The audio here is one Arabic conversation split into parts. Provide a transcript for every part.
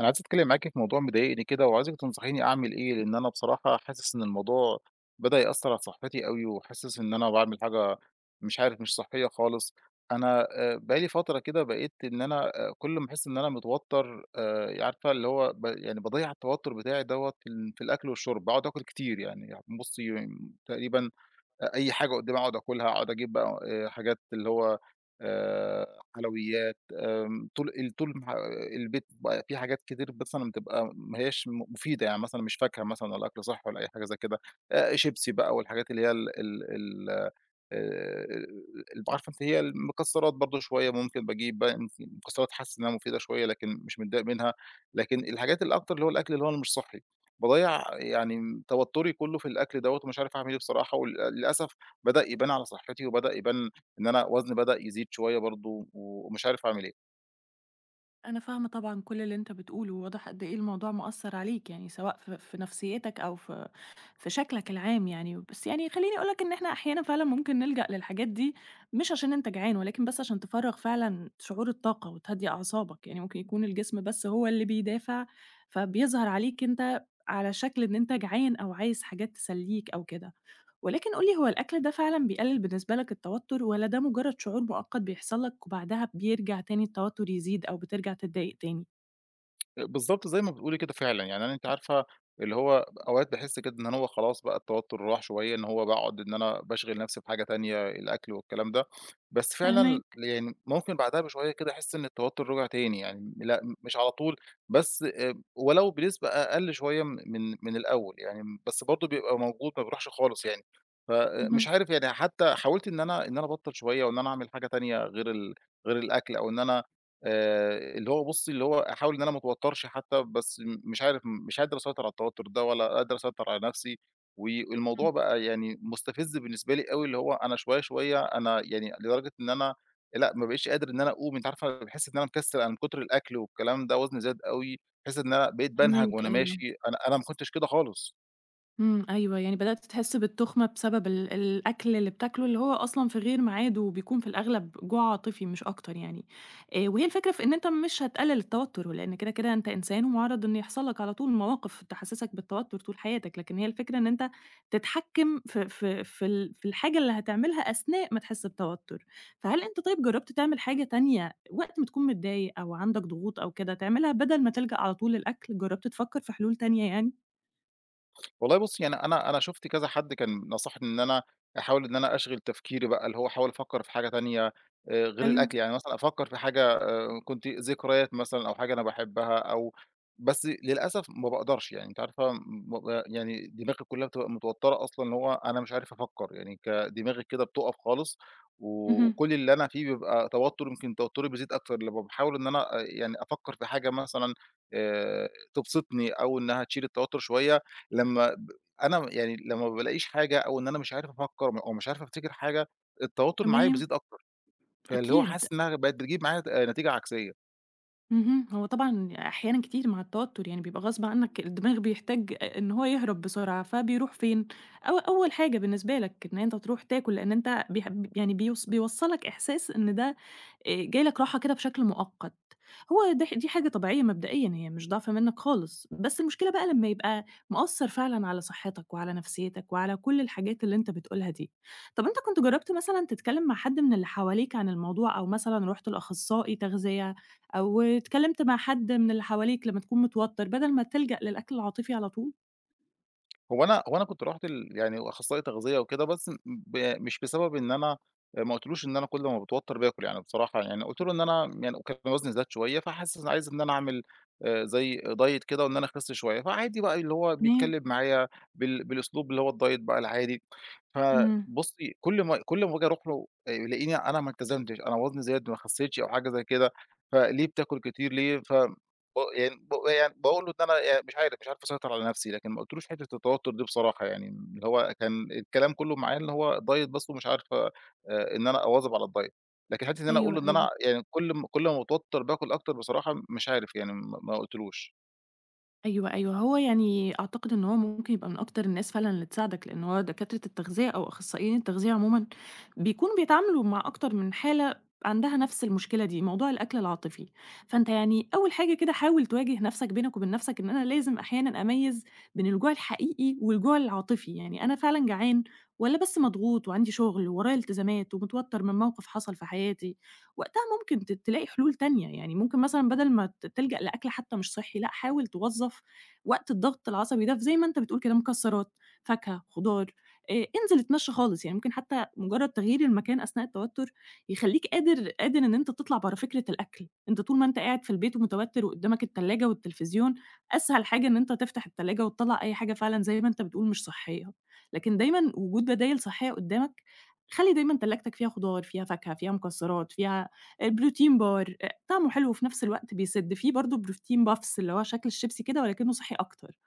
أنا عايز أتكلم معاكِ في موضوع مضايقني كده، وعايزِك تنصحيني أعمل إيه، لإن أنا بصراحة حاسس إن الموضوع بدأ يأثّر على صحتي أوي، وحاسس إن أنا باعمل حاجة مش عارف مش صحية خالص. أنا بقى لي فترة كده بقيت إن أنا كل ما أحس إن أنا متوتر، عارفة اللي هو يعني باضيّع التوتر بتاعي دوّة في الأكل والشرب، باقعد آكل كتير، يعني بُصّي تقريبًا أي حاجة قدّامي أقعد آكلها، أقعد أجيب بقى حاجات اللي هو حلويات، طول ما البيت بقى فيه حاجات كتير مثلًا بتبقى ما هياش مفيدة، يعني مثلًا مش فاكهة مثلًا ولا أكل صحّي ولا أي حاجة زي كده، شيبسي بقى والحاجات اللي هي ال عارفة أنتِ هي المكسّرات، برضه شوية ممكن باجيب بقى مكسّرات، حاسس إنّها مفيدة شوية لكن مش متضايق منها، لكن الحاجات الأكتر اللي هو الأكل اللي هو اللي مش صحّي. باضيّع يعني توتُّري كُلّه في الأكل دوّة ومش عارف أعمل إيه بصراحة للأسف بدأ يبان على صحّتي وبدأ يبان إن أنا وزني بدأ يزيد شوية برضه ومش عارف أعمل إيه. أنا فاهمة طبعًا كل اللي أنت بتقوله، واضح قد إيه الموضوع مأثّر عليك، يعني سواء في نفسيتك أو في شكلك العام يعني، بس يعني خلّيني أقول لك إن إحنا أحيانًا فعلًا ممكن نلجأ للحاجات دي مش عشان أنت جعان، ولكن بس عشان تفرّغ فعلًا شعور الطاقة وتهدّي أعصابك، يعني ممكن يكون الجسم بس هو اللي بيدافع، فبيظهر عليك أنت على شكل إن أنت جعان أو عايز حاجات تسلّيك أو كده. ولكن قُل لي هو الأكل ده فعلًا بيقلل بالنسبة لك التوتر والّا ده مجرد شعور مؤقت بيحصل لك وبعدها بيرجع تاني التوتر يزيد أو بترجع تتضايق تاني؟ بالضبط زي ما بتقولي كده فعلًا، يعني أنا أنتِ عارفة اللي هو أوقات باحس كده إن هو خلاص بقى التوتر راح شوية، إن هو باقعد إن أنا باشغِل نفسي بحاجة تانية الأكل والكلام ده، بس فعلًا فاهماك، يعني ممكن بعدها بشوية كده أحس إن التوتر رجع تاني، يعني لأ مش على طول، بس ولو بنسبة أقل شوية من الأول، يعني بس برضه بيبقى موجود ما بيروحش خالص يعني، فمش اهم، عارف، يعني حتى حاولت إن أنا أبطّل شوية وإن أنا أعمل حاجة تانية غير الأكل، أو إن أنا اللي هو بُصّي، اللي هو أحاول إن أنا ما أتوتّرش حتى، بس مش عارف، مش قادر أسيطر على التوتّر ده ولا قادر أسيطر على نَفْسي، والموضوع إمم، بقى يعني مستفز بالنسبة لي أوي، اللي هو أنا شوية أنا يعني لدرجة إن أنا لأ، ما بقيتش قادر إن أنا أقوم، أنتِ عارفة باحس إن أنا مكسّل أنا من كتر الأكل والكلام ده، وزني زاد أوي، باحس إن أنا بقيت بانهج فاهماك، وأنا أيوه. ماشي، أنا ما كنتش كده خالص. إمم، أيوه، يعني بدأت تحس بالتُخمة بسبب الأكل اللي بتاكله، اللي هو أصلًا في غير ميعاده وبيكون في الأغلب جوع عاطفي مش أكتر يعني. وهي الفكرة في إن أنت مش هتقلل التوتر، لإن كده، كده أنت إنسان ومُعرّض إن يحصل لك على طول مواقف تحسسك بالتوتر طول حياتك، لكن هي الفكرة إن أنت تتحكم في الحاجة اللي هتعملها أثناء ما تحس بتوتر. فهل أنت طيب جرّبت تعمل حاجة تانية وقت ما تكون متضايق أو عندك ضغوط أو كده تعملها بدل ما تلجأ على طول للأكل؟ جرّبت تفكر في حلول تانية يعني؟ والله بُصّي، يعني أنا شُفت كذا حد كان نصحني إن أنا أحاول إن أنا أشغِل تفكيري بقى، اللي هو أحاول أفكّر في حاجة تانية غير حلو. الأكل، يعني مثلًا أفكّر في حاجة كنت ذكريات مثلًا أو حاجة أنا باحبها أو بس للأسف ما باقدرش، يعني أنتِ عارفة م ب يعني دماغي كُلّها بتبقى متوتّرة أصلًا، اللي هو أنا مش عارف أفكّر، يعني دماغي كده بتُقف خالص، و اهم. وكل اللي أنا فيه بيبقى توتُّر، يمكن توتُّري بيزيد أكتر لمّا باحاول إن أنا يعني أفكّر في حاجة مثلًا تبسطني أو إنّها تشيل التوتُّر شوية، لمّا ب أنا يعني لمّا ما بالاقيش حاجة أو إن أنا مش عارف أفكّر أو مش عارف أفتكر حاجة، التوتر معايا تمام، بيزيد أكتر، فاللي هو أكيد. حاسس إنها بقت بتجيب معايا نتيجة عكسية. اهم. هو طبعًا أحيانًا كتير مع التوتر يعني بيبقى غصب عنّك الدماغ بيحتاج إن هو يهرب بسرعة، فبيروح فين؟ أو أول حاجة بالنسبة لك إن أنت تروح تاكل، لإن أنت يعني بيوصّلك إحساس إن ده جاي لك راحة كده بشكل مؤقت. هو ده دي حاجة طبيعية مبدئيًا، هي مش ضعف منّك خالص، بس المشكلة بقى لمّا يبقى مأثّر فعلًا على صحّتك وعلى نفسيّتك وعلى كل الحاجات اللي أنت بتقولها دي. طَب أنت كنت جرّبت مثلًا تتكلّم مع حد من اللي حواليك عن الموضوع أو مثلًا رُحت لأخصائي تغذية؟ أو اتكلمت مع حد من اللي حواليك لمّا تكون متوتّر بدل ما تلجأ للأكل العاطفي على طول؟ هو أنا كنت رُحت يعني أخصائي تغذية وكده، بس م ب مش بسبب إن أنا ما قُلتلوش إن أنا كل ما باتوتر باكل يعني، بصراحة يعني قُلت له إن أنا يعني وكان وزني زاد شوية، فحاسس إن عايز إن أنا أعمل زي diet كده وإن أنا أخس شوية، فعادي بقى اللي هو تمام، بيتكلم معايا بالأسلوب اللي هو الdiet بقى العادي. إمم، فبُصّي كل ما باجي أروح له يلاقيني أنا ما التزمتش، أنا وزني زاد ما خسيتش أو حاجة زي كده، فليه بتاكل كتير ليه؟ ف ب يعني ب يعني باقول له إن أنا يعني مش عارف، مش عارف أسيطر على نَفْسي، لكن ما قُلتلوش حتّة التوتُّر دي بصراحة، يعني اللي هو كان الكلام كُلّه معاه إن هو diet بس، ومش عارف إن أنا أواظب على الdiet، لكن حتّة إن أنا أقول له أيوه، إن أيوه. أنا يعني كل ما باتوتّر باكُل أكتر بصراحة مش عارف يعني ما قُلتلوش. أيوه، أيوه، هو يعني أعتقد إن هو ممكن يبقى من أكتر الناس فعلًا اللي تساعدك، لأن هو دكاترة التغذية أو أخصائيين التغذية عمومًا بيكونوا بيتعاملوا مع أكتر من حالة عندها نفس المشكلة دي، موضوع الأكل العاطفي. فأنت يعني أول حاجة كده حاول تواجه نفسك بينك وبين نفسك إن أنا لازم أحيانًا أميّز بين الجوع الحقيقي والجوع العاطفي، يعني أنا فعلًا جعان والّا بس مضغوط وعندي شغل وورايا التزامات ومتوتر من موقف حصل في حياتي؟ وقتها ممكن تلاقي حلول تانية، يعني ممكن مثلًا بدل ما تلجأ لأكل حتى مش صحّي، لأ حاول توظّف وقت الضغط العصبي ده في زي ما أنت بتقول كده مكسّرات، فاكهة، خضار، انزل اتمشّى خالص، يعني ممكن حتى مجرّد تغيير المكان أثناء التوتّر يخلّيك قادر إن أنت تطلع برّه فكرة الأكل، أنت طول ما أنت قاعد في البيت ومتوتّر وقدّامك التلاجة والتلفزيون، أسهل حاجة إن أنت تفتح التلاجة وتطلّع أي حاجة فعلًا زي ما أنت بتقول مش صحّية، لكن دايمًا وجود بدايل صحّية قدّامك، خلّي دايمًا تلاجتك فيها خضار، فيها فاكهة، فيها مكسّرات، فيها البروتين بار، طعمه حلو وفي نفس الوقت بيسِد، في برضه بروتين puffs اللي هو شكل الشيبسي كده ولكنه صحّي أكتر.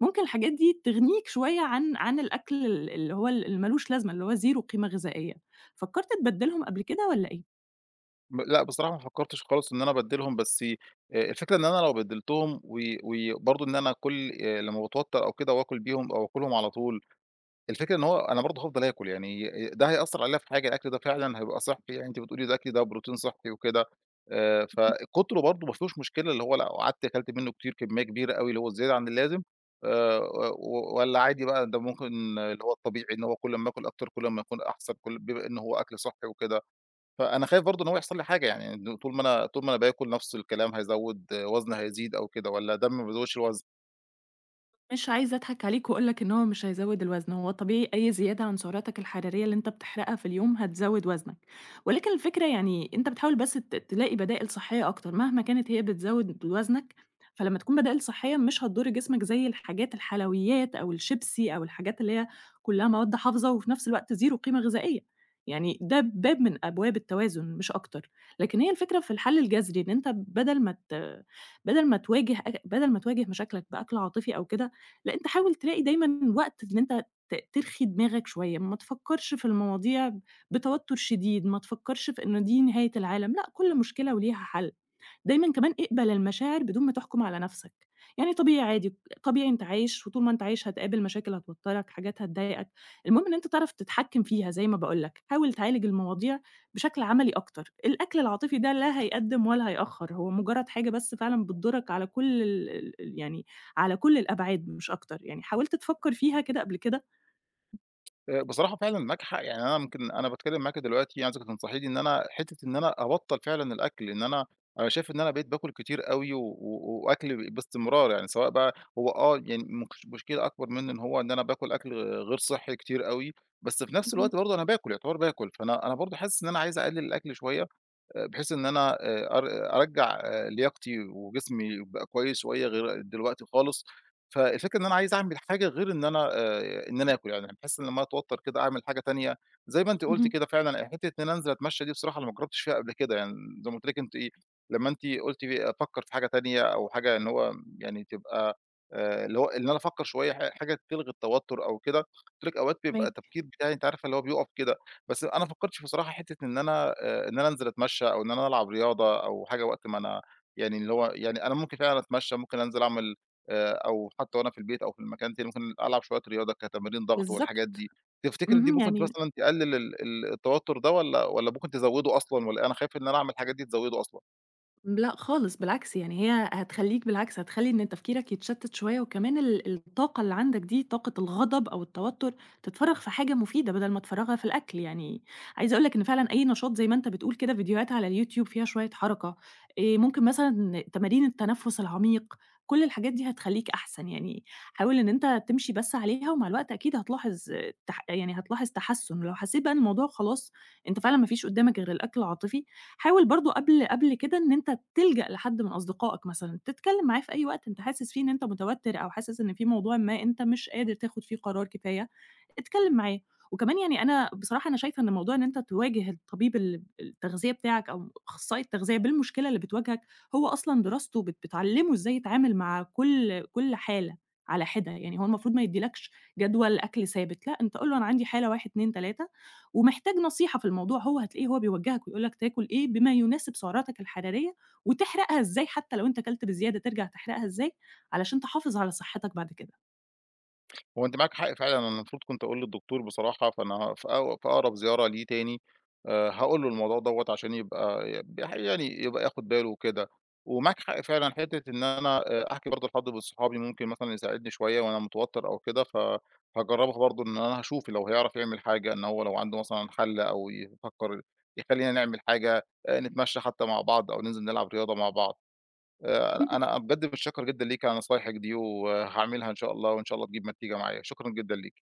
ممكن الحاجات دي تغنيك شوية عن الأكل ال اللي هو ال اللي ما لوش لازمة، اللي هو زيرو قيمة غذائية. فكّرت تبدّلهم قبل كده والّا إيه؟ لأ بصراحة ما فكّرتش خالص إن أنا أبدّلهم، بس الفكرة إن أنا لو بدّلتهم وبرضه إن أنا كل لمّا باتوتّر أو كده وآكُل بيهم أو آكُلهم على طول، الفكرة إن هو أنا برضه هافضل آكل، يعني ده هيأثّر عليّا في حاجة، الأكل ده فعلًا هيبقى صحّي، يعني أنتِ بتقولي ده أكل، ده بروتين صحّي وكده، فكُتره برضه ما فيهوش مشكلة، اللي هو لو قعدت أكلت منه كتير كمية كبيرة أوي، اللي هو الزيادة عن اللازم، آآ و والّا عادي بقى ده ممكن اللي هو الطبيعي إن هو كل أمّا آكل أكتر، كل أمّا يكون أحسن، كل بما إن هو أكل صحّي وكده، فأنا خايف برضه إن هو يحصل لي حاجة، يعني إنه طول ما أنا باكل نفس الكلام هيزوّد، آه وزني هيزيد أو كده والّا ده ما بيزوّدش الوزن؟ مش عايزة أضحك عليك وأقول لك إن هو مش هيزوّد الوزن، هو طبيعي أي زيادة عن سعراتك الحرارية اللي أنت بتحرقها في اليوم هتزوّد وزنك، ولكن الفكرة يعني أنت بتحاول بس تلاقي بدائل صحية أكتر، مهما كانت هي بتزوّد وزنك، فلمّا تكون بدائل صحية مش هتضر جسمك زي الحاجات الحلويات أو الشيبسي أو الحاجات اللي هي كلّها مواد حافظة وفي نفس الوقت زيرو قيمة غذائية، يعني ده باب من أبواب التوازن مش أكتر، لكن هي الفكرة في الحل الجذري إن أنت بدل ما ت بدل ما تواجه أ بدل ما تواجه مشاكلك بأكل عاطفي أو كده لأ، أنت حاول تلاقي دايمًا وقت إن أنت ترخي دماغك شوية، ما تفكّرش في المواضيع بتوتُّر شديد، ما تفكّرش في إن دي نهاية العالم، لأ، كل مشكلة وليها حل. دايمًا كمان اقبل المشاعر بدون ما تحكم على نفسك، يعني طبيعي عادي طبيعي أنت عايش، وطول ما أنت عايش هتقابل مشاكل هتوتّرك، حاجات هتضايقك، المهم إن أنت تعرف تتحكم فيها زي ما باقول لك، حاول تعالج المواضيع بشكل عملي أكتر، الأكل العاطفي ده لا هيقدّم ولا هيأخّر، هو مجرد حاجة بس فعلًا بتضرك على كل ال ال يعني على كل الأبعاد مش أكتر، يعني حاولت تفكّر فيها كده قبل كده؟ بصراحة فعلًا ناجحة، يعني أنا ممكن أنا باتكلّم معاكِ دلوقتي عايزِك تنصحيني إن أنا حتّة إن أنا أبطّل فعلًا الأكل، لإن أنا شايف إن أنا بقيت باكل كتير أوي، و وأكل باستمرار، يعني سواء بقى هو آه، يعني مشكلة أكبر منّي إن هو إن أنا باكل أكل غير صحّي كتير أوي، بس في نَفْس اهم، الوقت برضه أنا باكل، يعتبر باكل، فأنا برضه حاسس إن أنا عايز أقلِّل الأكل شوية، بحيث إن أنا أر أرجّع آه، لياقتي وجسمي يبقى كويس شوية غير دلوقتي خالص، فالفكرة إن أنا عايز أعمل حاجة غير إن أنا إن أنا آكل، يعني باحس إن لمّا أتوتّر كده أعمل حاجة تانية، زي ما أنتِ قُلتِ اهم، كده فعلًا، آه حتّة إن أنا أنزل أتمشّى دي بصراحة أنا ما جرّبتش فيها قبل كده، يعني زي ما قُلت لِك أنتِ إيه، لمّا أنتِ قُلتِ أفكّر في حاجة تانية، أو حاجة إن هو يعني تبقى اللي هو إن أنا أفكّر شوية حاجة تلغي التوتُّر أو كده، قُلت لِك أوقات بيبقى فاهماكِ. التفكير بتاعي أنتِ عارفة اللي هو بيُقف كده. بس أنا ما فكّرتش بصراحة حتّة إن أنا إن أنا أنزل أتمشّى أو إن أنا ألعب رياضة أو حاجة وقت ما أنا يعني اللي هو يعني أنا ممكن فعلًا أتمشّى، ممكن أنزل أعمل أو حتّى وأنا في البيت أو في المكان تاني ممكن ألعب شوية رياضة كتمارين ضغط والحاجات بالضبط، دي. تفتكر دي اهم، ممكن يعني مثلًا تقلِّل ال ال التوتُّر ده، والّا ممكن تزوّده أصلًا، والّا أنا خايف إن أنا أعمل الحاجات دي تزوّده أصلًا؟ لأ خالص بالعكس، يعني هي هتخلّيك بالعكس هتخلّي إن تفكيرك يتشتت شوية، وكمان الطاقة اللي عندك دي طاقة الغضب أو التوتر تتفرّغ في حاجة مفيدة بدل ما تفرّغها في الأكل، يعني عايزة أقول لك إن فعلًا أي نشاط زي ما أنت بتقول كده فيديوهات على اليوتيوب فيها شوية حركة، ممكن مثلًا تمارين التنفس العميق، كل الحاجات دي هتخلّيك أحسن، يعني حاول إن أنت تمشي بس عليها ومع الوقت أكيد هتلاحظ آه، تح يعني هتلاحظ تحسُّن، ولو حسيت بقى إن الموضوع خلاص أنت فعلًا ما فيش قدّامك غير الأكل العاطفي، حاول برضه قبل كده إن أنت تلجأ لحد من أصدقائك مثلًا، تتكلم معاه في أي وقت أنت حاسس فيه إن أنت متوتر أو حاسس إن في موضوع ما أنت مش قادر تاخد فيه قرار كفاية، اتكلم معاه. وكمان يعني أنا بصراحة أنا شايفة إن موضوع إن أنت تواجه الطبيب التغذية بتاعك أو أخصائي التغذية بالمشكلة اللي بتواجهك، هو أصلًا دراسته بتعلّمه إزاي يتعامل مع كل حالة على حدة، يعني هو المفروض ما يديلكش جدول أكل ثابت، لأ أنت قُل له أنا عندي حالة 1، 2، 3 ومحتاج نصيحة في الموضوع هو هتلاقيه هو بيوجّهك ويقول لك تاكل إيه بما يناسب سعراتك الحرارية، وتحرقها إزاي حتى لو أنت كلت بزيادة ترجع تحرقها إزاي، علشان تحافظ على صحتك بعد كده. هو أنتِ معاكِ حق فعلًا، أنا المفروض كنت أقول للدكتور بصراحة، فأنا في أقرب زيارة ليه تاني هاقول له الموضوع دوّة عشان يبقى يعني يبقى ياخد باله وكده، ومعاك حق فعلًا حتة إن أنا أحكي برضه لحد من صحابي ممكن مثلًا يساعدني شوية وأنا متوتر أو كده، فهاجربها برضه إن أنا هاشوف لو هيعرف يعمل حاجة، إن هو لو عنده مثلًا حل أو يفكر يخلّينا نعمل حاجة، نتمشى حتى مع بعض أو ننزل نلعب رياضة مع بعض. أنا بجد متشكّر جدًا ليكِ على نصايحِك دي، وهاعملها إن شاء الله، وإن شاء الله تجيب نتيجة معايا، شكرًا جدًا ليكِ.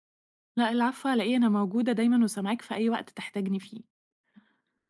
لأ العفو على إيه، أنا موجودة دايمًا وسامعاك في أي وقت تحتاجني فيه.